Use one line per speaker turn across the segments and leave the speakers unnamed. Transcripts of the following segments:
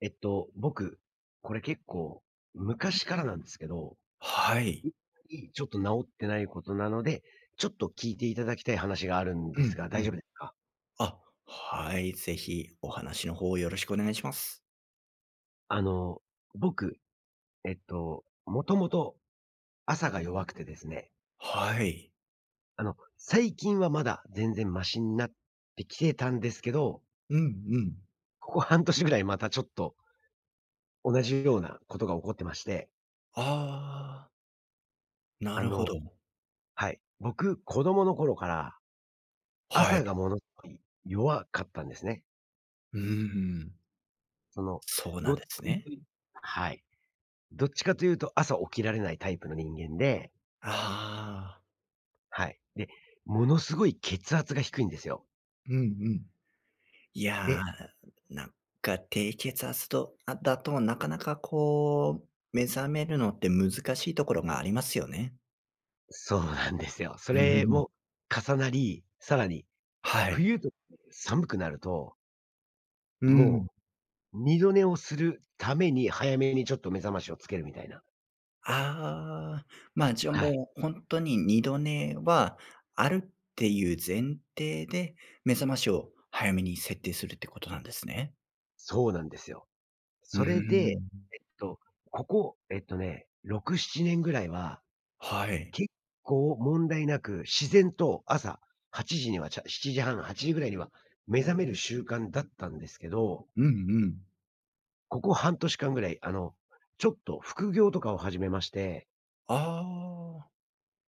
僕、これ結構昔からなんですけど、
はい。
ちょっと治ってないことなので、ちょっと聞いていただきたい話があるんで
う
す
ん、
が、大
うん。
丈夫ですか？
あ、はい、ぜひお話の方よろしくお願いします。
あの、僕、もともと朝が弱くてですね、
はい。
最近はまだ全然マシになってきてたんですけど、
うんうん。
ここ半年ぐらいまたちょっと同じようなことが起こってまして、
ああ、な
あ
るほ
の
ど。
はい、僕、子供の頃から
はい。
朝がものすごい弱かったんですね。
うーん。
その、
そうな
ど
ん
っ
で
ちか
すね。
というはい。どっちかというと朝起きられないタイプの人間で、
ああ。
はい。で、ものすごい血圧が低いんですよ。
うんうん。いや
で
ー、なんか低血圧とあだとなかなかこう、目覚めるのって難しいところがありますよね。
そうなんですよ。そ
う
れ
ん。
も重なり、さらに
はい。
冬とか寒くなると、
うん。
もう二度寝をするために早めにちょっと目覚ましをつけるみたいな。
ああ、まあ、じゃ、
はい。
もう本当に二度寝はあるっていう前提で、目覚ましを早めに設定するってことなんですね。
そうなんですよ。
うー
それで、っ
ん。
と、ここ、6、7年ぐらいは
はい。
結構問題なく、自然と朝8時には、7時半、8時ぐらいには目覚める習慣だったんですけど、
うんうん。
ここ半年間ぐらい、ちょっと副業とかを始めまして、
ああ、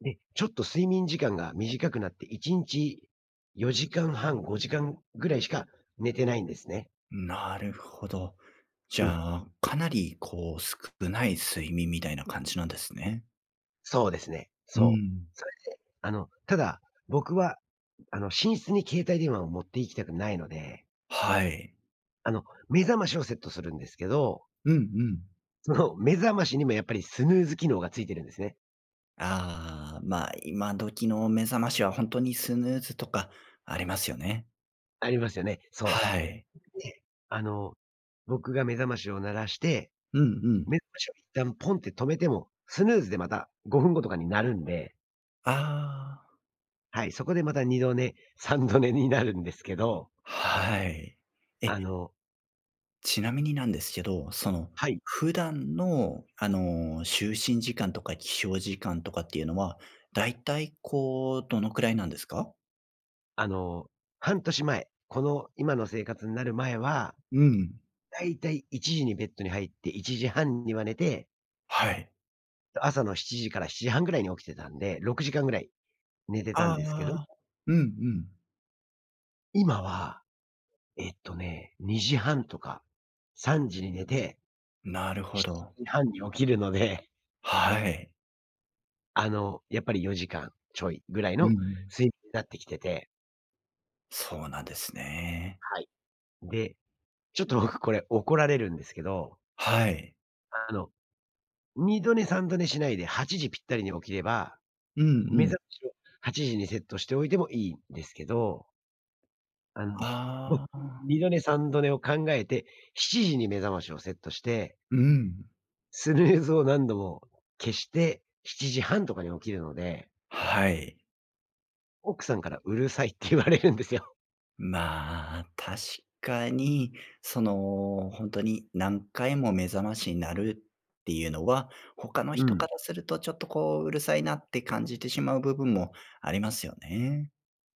で、ちょっと睡眠時間が短くなって、1日4時間半、5時間ぐらいしか寝てないんですね。
なるほど。じ
う
ゃ
ん。
あ、かなりこう少ない睡眠みたいな感じなんですね。
そうですね。
う
そう。
ん。
それ、あの、ただ、僕は、寝室に携帯電話を持って行きたくないので、
はい。
あの、目覚ましをセットするんですけど
うんうん。
その目覚ましにもやっぱりスヌーズ機能がついてるんですね。
ああ、まあ、今時の目覚ましは本当にスヌーズとかありますよね。
ありますよね。そ
はい。
う。で、あの、僕が目覚ましを鳴らして、
うんう
目
ん。
覚ましを一旦ポンって止めても、スヌーズでまた5分後とかになるんで、
ああ、
はい、そこでまた2度寝、3度寝になるんですけど、
はい。え、
あの
ちなみになんですけど、
はい、
普段の、就寝時間とか起床時間とかっていうのは、だいたいこう、どのくらいなんですか？
あの、半年前、この今の生活になる前は、
うん。
だいたい1時にベッドに入って1時半には寝て、
はい。
朝の7時から7時半ぐらいに起きてたんで、6時間ぐらい寝てた
あ
んですけど、
あ。うんうん。
今は2時半とか3時に寝て、
なるほ
7
ど。
時半に起きるので、
はい。
やっぱり4時間ちょいぐらい
うん
の
うん。
睡眠になってきてて、
そうなんですね。
はい。で、ちょっと僕これ怒られるんですけど、
はい。
あの、2度寝3度寝しないで8時ぴったりに起きれば、
うんう
目
ん。
覚ましを8時にセットしておいてもいいんですけど、あの、僕
あ
2
あ。
度寝3度寝を考えて、7時に目覚ましをセットして
うん。
スヌーズを何度も消して、7時半とかに起きるので、
はい。
奥さんからうるさいって言われるんですよ。
まあ、確かに、本当に何回も目覚ましになるっていうのは、他の
う
人か
ん、
らするとちょっとこう、うるさいなって感じてしまう部分もありますよね。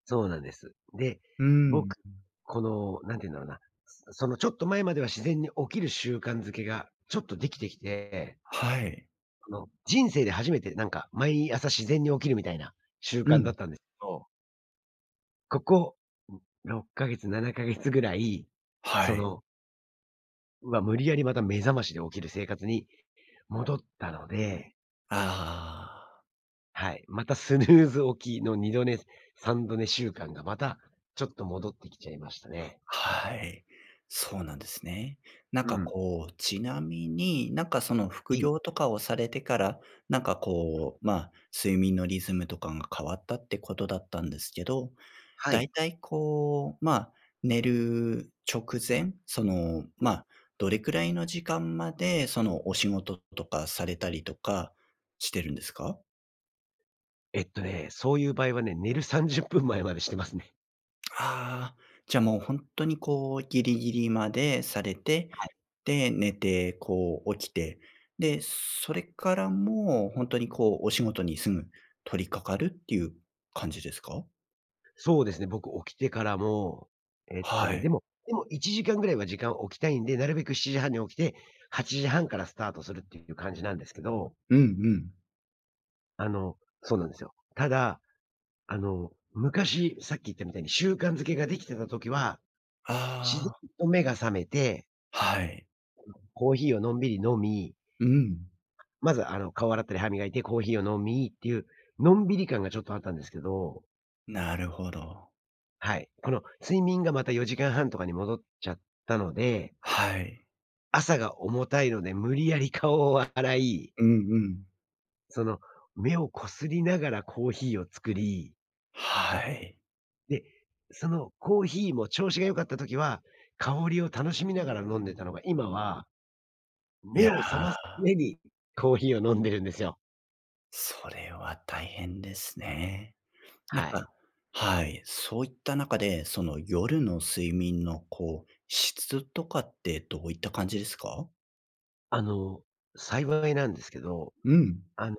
そうなんです。で、
うん。
僕、この、なんて言うんだろうな、そのちょっと前までは自然に起きる習慣づけがちょっとできてきて、
はい。
人生で初めてなんか毎朝自然に起きるみたいな習
う
慣だっ
ん。
たんですけど、ここ、6ヶ月、7ヶ月ぐらい、そ
はい。
の、無理やりまた目覚ましで起きる生活に戻ったので
ああ、
はい。またスヌーズ起きの2度寝、3度寝習慣がまたちょっと戻ってきちゃいましたね。
はい。そうなんですね。なん
う
か
ん。
こう、ちなみに、なんかその副
い
業とかをされてから、なんかこう、まあ、睡眠のリズムとかが変わったってことだったんですけど、
は
だ
い。
いたいこう、まあ、寝る直前、その、まあ、どれくらいの時間まで、その、お仕事とかされたりとかしてるんですか？
そういう場合はね、寝る30分前までしてますね。
ああー、じゃ、もう本当にこう、ギリギリまでされて、で、寝て、こう起きて、で、それからもう本当にこう、お仕事にすぐ取り掛かるっていう感じですか？
そうですね、僕起きてからも、
はい。
でも1時間ぐらいは時間を置きたいんで、なるべく7時半に起きて、8時半からスタートするっていう感じなんですけど、
うんうん。
あの、そうなんですよ。ただ、昔、さっき言ったみたいに習慣づけができてた時は、自
あ
然
あ、
と目が覚めて
はい。
コーヒーをのんびり飲み、
うん。
まず、顔洗ったり歯磨いてコーヒーを飲みっていう、のんびり感がちょっとあったんですけど、
なるほど。
はい。この睡眠がまた4時間半とかに戻っちゃったので、
はい。
朝が重たいので無理やり顔を洗い、
うんうん。
その、目をこすりながらコーヒーを作り、
はい。
で、そのコーヒーも調子が良かった時は、香りを楽しみながら飲んでたのが、今は
い
目
や、
を覚ますためにコーヒーを飲んでるんですよ。
それは大変ですね。なん
はい。
かはい、そういった中で、その夜の睡眠のこう、質とかってどういった感じですか？
あの、幸いなんですけど、
うん。
あの、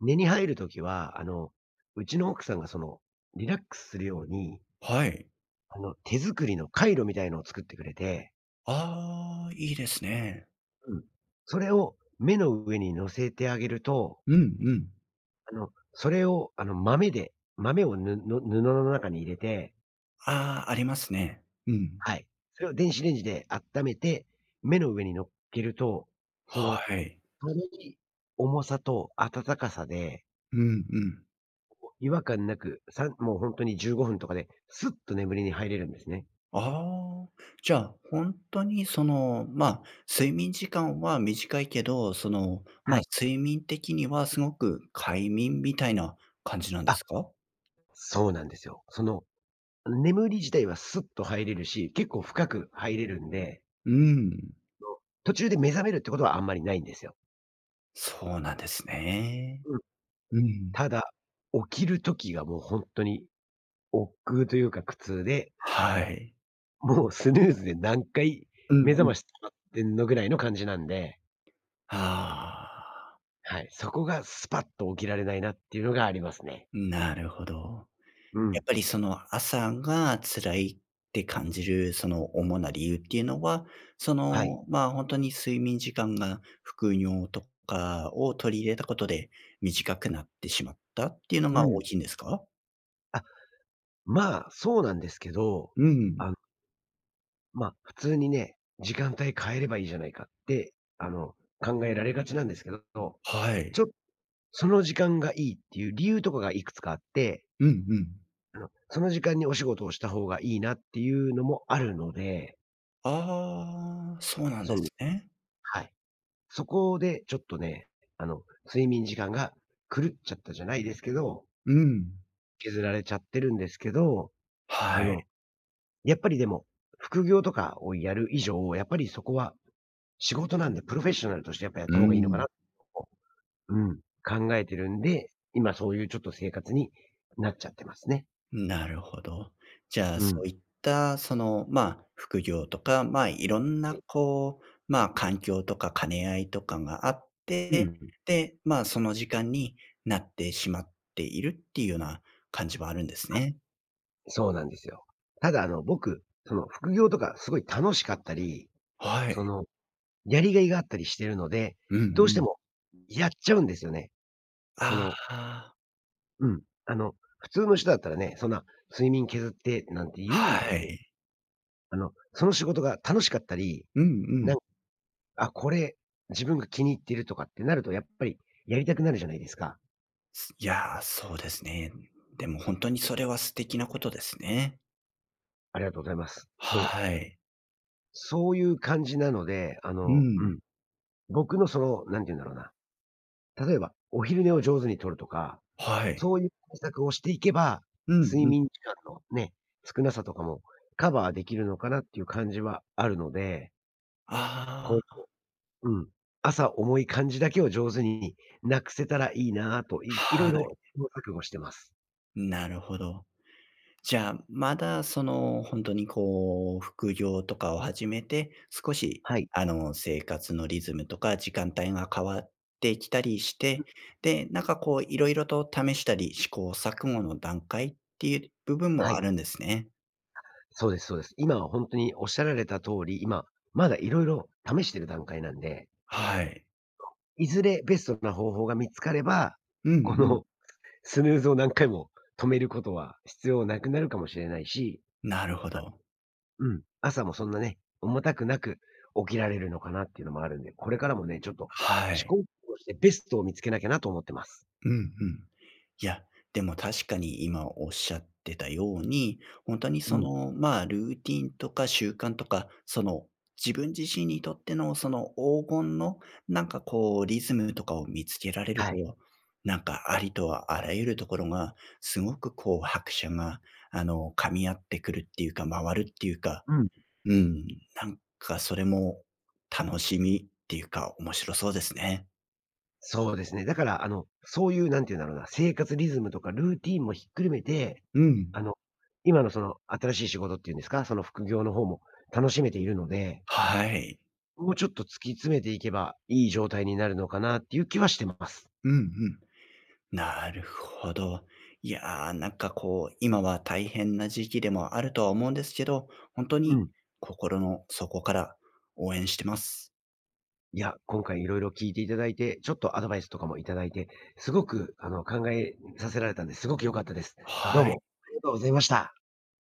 寝に入るときは、うちの奥さんがその、リラックスするように、
はい。
手作りのカイロみたいのを作ってくれて、
ああ、いいですね。
うん。それを目の上に乗せてあげると、
うんうん。
それを、豆を布の中に入れて、
ああ、ありますね。うん。
はい。それを電子レンジで温めて、目の上に乗っけると、そ
は
の、
い。
軽い重さと温かさで、
うんうん。
違和感なく、もうほんとに15分とかで、すっと眠りに入れるんですね。
ああ、じゃあ、本当にその、まあ、睡眠時間は短いけど、その、ま
は
あ、
い。
睡眠的にはすごく快眠みたいな感じなんで
あ
すか？
そうなんですよ。その、眠り自体はスッと入れるし、結構深く入れるんで、
うーん、
途中で目覚めるってことはあんまりないんですよ。
そうなんですね。
うん。
うん、
ただ、起きる時がもう本当に億劫というか苦痛で、
はい。
もうスヌーズで何回
うん
目覚
うん。
まし使ってんのぐらいの感じなんで、
ああ、
はい、そこがスパッと起きられないなっていうのがありますね。
なるほど。
う
や
ん。
っぱりその朝が辛いって感じるその主な理由っていうのは、そ
はい。
の、まあ、本当に睡眠時間が副尿とかを取り入れたことで短くなってしまったっていうの
う
が大
ん。
きいんですか？
あ、まあ、そうなんですけど、
う
あ
ん。
のまあ、普通にね、時間帯変えればいいじゃないかって、考えられがちなんですけど、
は
ち
い。
ょっその時間がいいっていう理由とかがいくつかあって、
うんうん。
その時間にお仕事をした方がいいなっていうのもあるので、
ああ、そうなん
そ
で
の
すね。
はい。そこでちょっとね、睡眠時間が狂っちゃったじゃないですけど、
うん。
削られちゃってるんですけど、あ
はい。
の、やっぱりでも、副業とかをやる以上、やっぱりそこは仕事なんで、プロフェッショナルとしてやっぱやっ
う
た方がいいのかな
ん。
うん、考えてるんで、今そういうちょっと生活になっちゃってますね。
なるほど。じゃあ、
う
そ
ん。
ういった、その、まあ、副業とか、まあ、いろん
は
な、
い。
こう、まあ、環境とか兼ね合いとかがあっ
う
て、
ん。
で、まあ、その時間になってしまっているっていうような感じはあるんです
はい。
ね。
そうなんですよ。ただ僕、その副業とかすごい楽しかったり、
は
そ
い。
の、やりがいがあったりしてるので、
うんう
どうして
ん。
もやっちゃうんですよね。そ
あ
の、
あ、
うん。普通の人だったらね、そんな睡眠削ってなんて言うんで
は
すけど、
い。
その仕事が楽しかったり、
うんう
な
ん。
んあ、これ自分が気に入ってるとかってなると、やっぱりやりたくなるじゃないですか。
すいやー、そうですね。でも本当にそれは素敵なことですね。
ありがとうございます。そう。
はい。
そういう感じなので、
う
う
ん。
ん。僕のその、なんて言うんだろうな。例えば、お昼寝を上手に取るとか、
は
そ
い。
ういう対策をしていけば、
うん
睡
うん。
眠時間のね、少なさとかもカバーできるのかなっていう感じはあるので、
あ
こ
あ、
うん。朝重い感じだけを上手になくせたらいいなと、いろ
は
い
い。
ろ試行錯誤してます。
なるほど。じゃあ、まだその、本当にこう、副業とかを始めて、少し
はい。
生活のリズムとか時間帯が変わってきたりして、で、なんかこういろいろと試したり、試行錯誤の段階っていう部分
は
もあ
い。
るんですね。
そうですそうです。今は本当におっしゃられた通り、今、まだいろいろ試してる段階なんで
はい。
いずれベストな方法が見つかれば、
うんう
こ
ん。
のスヌーズを何回も止めることは必要なくなるかもしれないし、
なるほど。
うん、朝もそんなね、重たくなく起きられるのかなっていうのもあるんで、これからもね、ちょっと
は
試
い。
行錯誤してベストを見つけなきゃなと思ってます。
うんうん。いや、でも確かに今おっしゃってたように、本当に
う
そ
ん、
の、まあ、ルーティンとか習慣とか、その、自分自身にとってのその黄金のなんかこうリズムとかを見つけられる
は
と、
い。
なんかありとはあらゆるところがすごくこう拍車が、噛み合ってくるっていうか、回るっていうか、
うん、
うん、なんかそれも楽しみっていうか、面白そうですね。
そうですね。だから、そういうなんて言うんだろうな、生活リズムとかルーティンもひっくるめて、
うん。
あの、今のその新しい仕事っていうんですか、その副業の方も楽しめているので
はい。
もうちょっと突き詰めていけば、いい状態になるのかなっていう気はしてます。
うんうん。なるほど。いやー、なんかこう、今は大変な時期でもあるとは思うんですけど、本当
う
に
ん。
心の底から応援してます。
いや、今回いろいろ聞いていただいて、ちょっとアドバイスとかもいただいて、すごく考えさせられたんで、すごく良かったです。どう
はい。
もありがとうございました。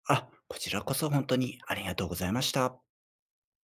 あ、こちらこそ本当にありがとうございました。